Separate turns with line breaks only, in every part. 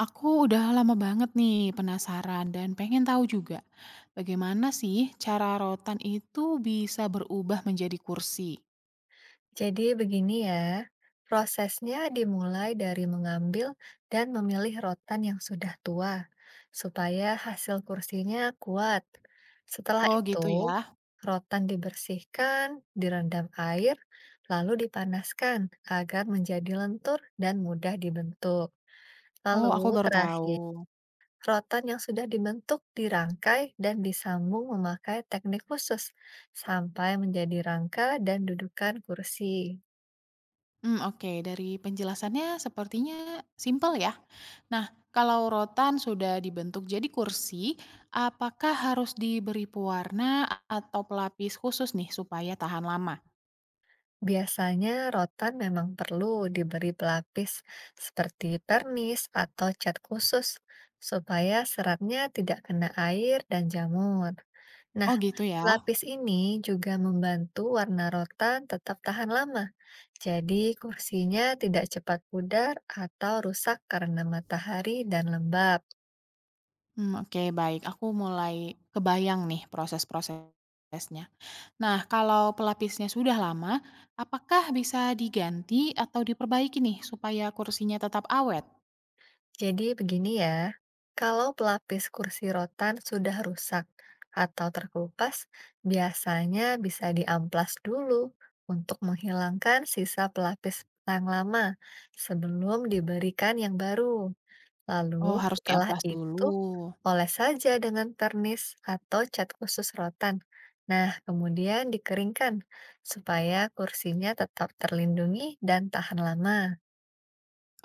Aku udah lama banget nih penasaran dan pengen tahu juga bagaimana sih cara rotan itu bisa berubah menjadi kursi.
Jadi begini ya, prosesnya dimulai dari mengambil dan memilih rotan yang sudah tua, supaya hasil kursinya kuat. Setelah
Oh gitu ya.
itu, rotan dibersihkan, direndam air, lalu dipanaskan agar menjadi lentur dan mudah dibentuk.
Oh aku
Lalu
baru tahu.
terakhir, rotan yang sudah dibentuk dirangkai dan disambung memakai teknik khusus sampai menjadi rangka dan dudukan kursi.
Oke, dari penjelasannya sepertinya simpel ya. Nah, kalau rotan sudah dibentuk jadi kursi, apakah harus diberi pewarna atau pelapis khusus nih supaya tahan lama?
Biasanya rotan memang perlu diberi pelapis seperti pernis atau cat khusus supaya seratnya tidak kena air dan jamur. Nah,
Oh gitu ya.
pelapis ini juga membantu warna rotan tetap tahan lama. Jadi, kursinya tidak cepat pudar atau rusak karena matahari dan lembab.
Oke, baik. Aku mulai kebayang nih proses-prosesnya. Nah, kalau pelapisnya sudah lama, apakah bisa diganti atau diperbaiki nih supaya kursinya tetap awet?
Jadi begini ya, kalau pelapis kursi rotan sudah rusak atau terkelupas, biasanya bisa diamplas dulu untuk menghilangkan sisa pelapis yang lama sebelum diberikan yang baru.
Oh,
Lalu
harus
setelah
diamplas dulu.
itu oles saja dengan vernis atau cat khusus rotan. Nah, kemudian dikeringkan supaya kursinya tetap terlindungi dan tahan lama.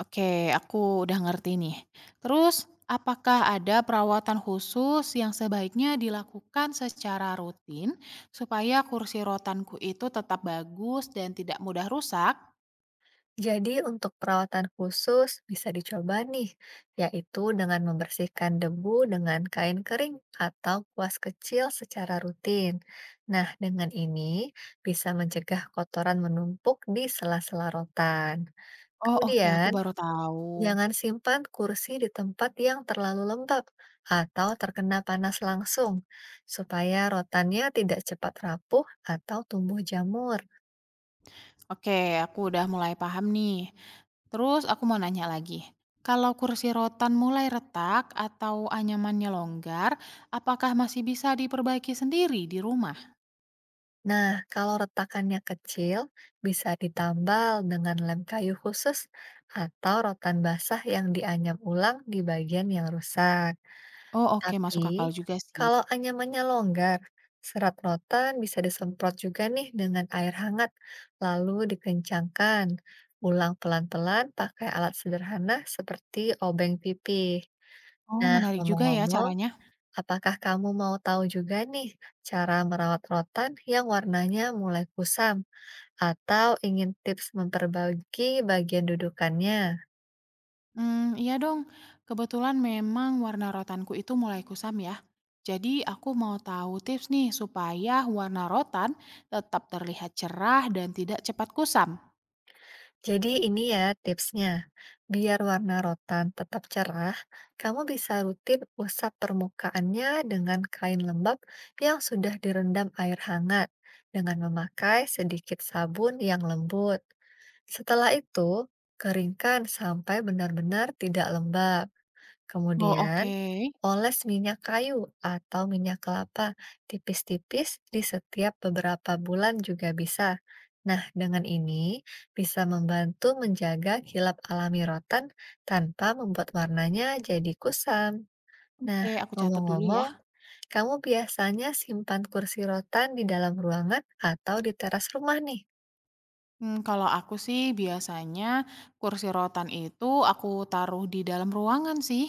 Oke, aku udah ngerti nih. Terus, apakah ada perawatan khusus yang sebaiknya dilakukan secara rutin supaya kursi rotanku itu tetap bagus dan tidak mudah rusak?
Jadi untuk perawatan khusus bisa dicoba nih, yaitu dengan membersihkan debu dengan kain kering atau kuas kecil secara rutin. Nah, dengan ini bisa mencegah kotoran menumpuk di sela-sela rotan.
Oh, oke, aku
Kemudian,
baru tahu.
jangan simpan kursi di tempat yang terlalu lembab atau terkena panas langsung, supaya rotannya tidak cepat rapuh atau tumbuh jamur.
Oke, aku udah mulai paham nih. Terus aku mau nanya lagi, kalau kursi rotan mulai retak atau anyamannya longgar, apakah masih bisa diperbaiki sendiri di rumah?
Nah, kalau retakannya kecil, bisa ditambal dengan lem kayu khusus atau rotan basah yang dianyam ulang di bagian yang rusak.
Oh oke, masuk akal
Tapi,
juga sih.
kalau anyamannya longgar, serat rotan bisa disemprot juga nih dengan air hangat, lalu dikencangkan. Ulang pelan-pelan pakai alat sederhana seperti obeng pipih.
Oh
Nah,
menarik juga ya
ngomong-ngomong,
caranya.
apakah kamu mau tahu juga nih cara merawat rotan yang warnanya mulai kusam atau ingin tips memperbaiki bagian dudukannya?
Iya dong, kebetulan memang warna rotanku itu mulai kusam ya. Jadi aku mau tahu tips nih supaya warna rotan tetap terlihat cerah dan tidak cepat kusam.
Jadi ini ya tipsnya. Biar warna rotan tetap cerah, kamu bisa rutin usap permukaannya dengan kain lembab yang sudah direndam air hangat dengan memakai sedikit sabun yang lembut. Setelah itu, keringkan sampai benar-benar tidak lembab.
Oh
Kemudian,
oke,
oles minyak kayu atau minyak kelapa tipis-tipis di setiap beberapa bulan juga bisa. Nah, dengan ini bisa membantu menjaga kilap alami rotan tanpa membuat warnanya jadi kusam. Nah,
oke aku catat dulu
ngomong-ngomong,
ya.
kamu biasanya simpan kursi rotan di dalam ruangan atau di teras rumah nih?
Kalau aku sih biasanya kursi rotan itu aku taruh di dalam ruangan sih.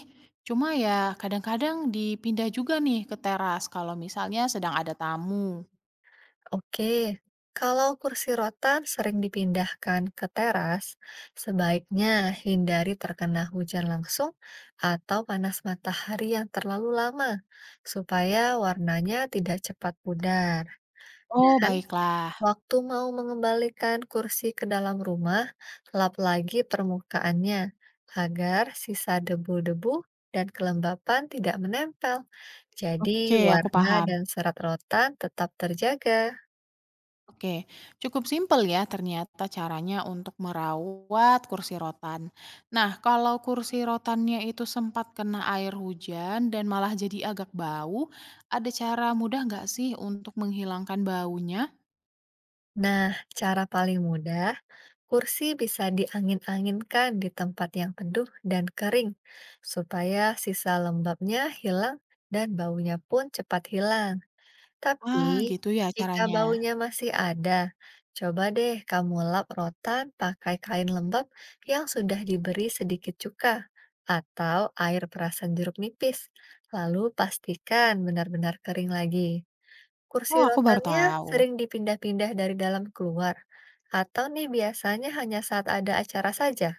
Cuma ya kadang-kadang dipindah juga nih ke teras kalau misalnya sedang ada tamu.
Oke, kalau kursi rotan sering dipindahkan ke teras, sebaiknya hindari terkena hujan langsung atau panas matahari yang terlalu lama, supaya warnanya tidak cepat pudar.
Oh
Dan
baiklah,
waktu mau mengembalikan kursi ke dalam rumah, lap lagi permukaannya agar sisa debu-debu dan kelembapan tidak menempel.
oke
Jadi,
aku
warna
paham.
dan serat rotan tetap terjaga.
Oke, cukup simpel ya ternyata caranya untuk merawat kursi rotan. Nah kalau kursi rotannya itu sempat kena air hujan dan malah jadi agak bau, ada cara mudah nggak sih untuk menghilangkan baunya?
Nah, cara paling mudah, kursi bisa diangin-anginkan di tempat yang teduh dan kering, supaya sisa lembabnya hilang dan baunya pun cepat hilang.
Ah,
Tapi,
gitu ya
jika
caranya?
baunya masih ada, coba deh kamu lap rotan pakai kain lembab yang sudah diberi sedikit cuka atau air perasan jeruk nipis. Lalu pastikan benar-benar kering lagi. Kursi
Oh, aku baru
rotannya
tahu.
sering dipindah-pindah dari dalam keluar, atau nih biasanya hanya saat ada acara saja?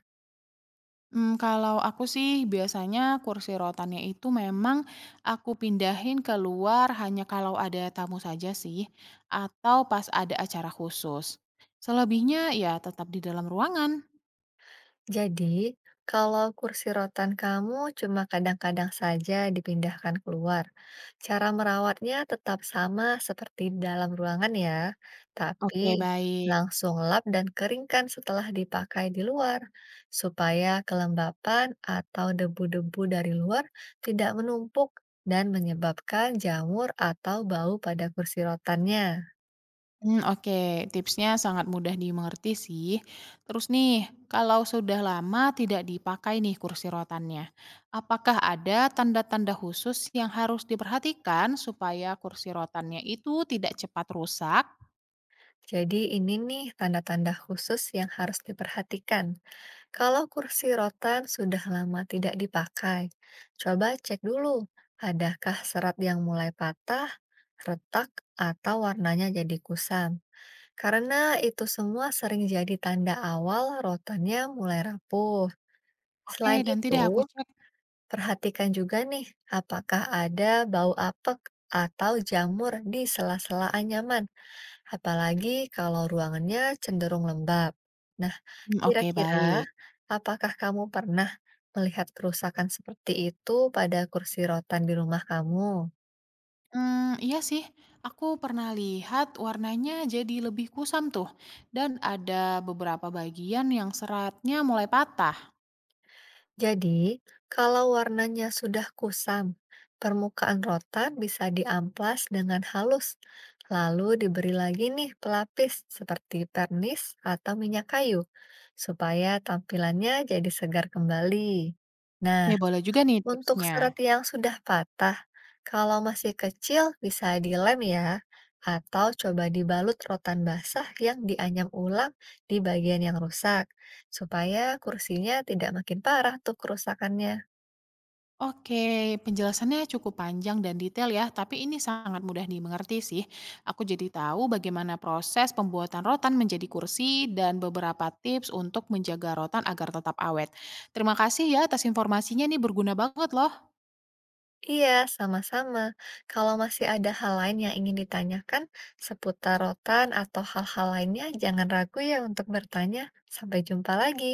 Kalau aku sih biasanya kursi rotannya itu memang aku pindahin keluar hanya kalau ada tamu saja sih, atau pas ada acara khusus. Selebihnya ya tetap di dalam ruangan.
Jadi, kalau kursi rotan kamu cuma kadang-kadang saja dipindahkan keluar, cara merawatnya tetap sama seperti di dalam ruangan ya,
Oke,
tapi
baik.
langsung lap dan keringkan setelah dipakai di luar, supaya kelembapan atau debu-debu dari luar tidak menumpuk dan menyebabkan jamur atau bau pada kursi rotannya.
Oke, tipsnya sangat mudah dimengerti sih. Terus nih, kalau sudah lama tidak dipakai nih kursi rotannya, apakah ada tanda-tanda khusus yang harus diperhatikan supaya kursi rotannya itu tidak cepat rusak?
Jadi ini nih tanda-tanda khusus yang harus diperhatikan. Kalau kursi rotan sudah lama tidak dipakai, coba cek dulu, adakah serat yang mulai patah, retak, atau warnanya jadi kusam. Karena itu semua sering jadi tanda awal rotannya mulai rapuh.
Oke,
Selain
nanti deh aku
itu,
cek.
perhatikan juga nih, apakah ada bau apek atau jamur di sela-sela anyaman apalagi kalau ruangannya cenderung lembab. Nah,
Oke
kira-kira
baik.
apakah kamu pernah melihat kerusakan seperti itu pada kursi rotan di rumah kamu?
Iya sih, aku pernah lihat warnanya jadi lebih kusam tuh, dan ada beberapa bagian yang seratnya mulai patah.
Jadi, kalau warnanya sudah kusam, permukaan rotan bisa diamplas dengan halus, lalu diberi lagi nih pelapis seperti pernis atau minyak kayu, supaya tampilannya jadi segar kembali.
Oke,
Nah,
boleh juga nih
untuk
tipsnya.
serat yang sudah patah, kalau masih kecil bisa dilem ya, atau coba dibalut rotan basah yang dianyam ulang di bagian yang rusak, supaya kursinya tidak makin parah tuh kerusakannya.
Oke, penjelasannya cukup panjang dan detail ya, tapi ini sangat mudah dimengerti sih. Aku jadi tahu bagaimana proses pembuatan rotan menjadi kursi dan beberapa tips untuk menjaga rotan agar tetap awet. Terima kasih ya atas informasinya nih berguna banget loh.
Iya, sama-sama. Kalau masih ada hal lain yang ingin ditanyakan seputar rotan atau hal-hal lainnya, jangan ragu ya untuk bertanya. Sampai jumpa lagi.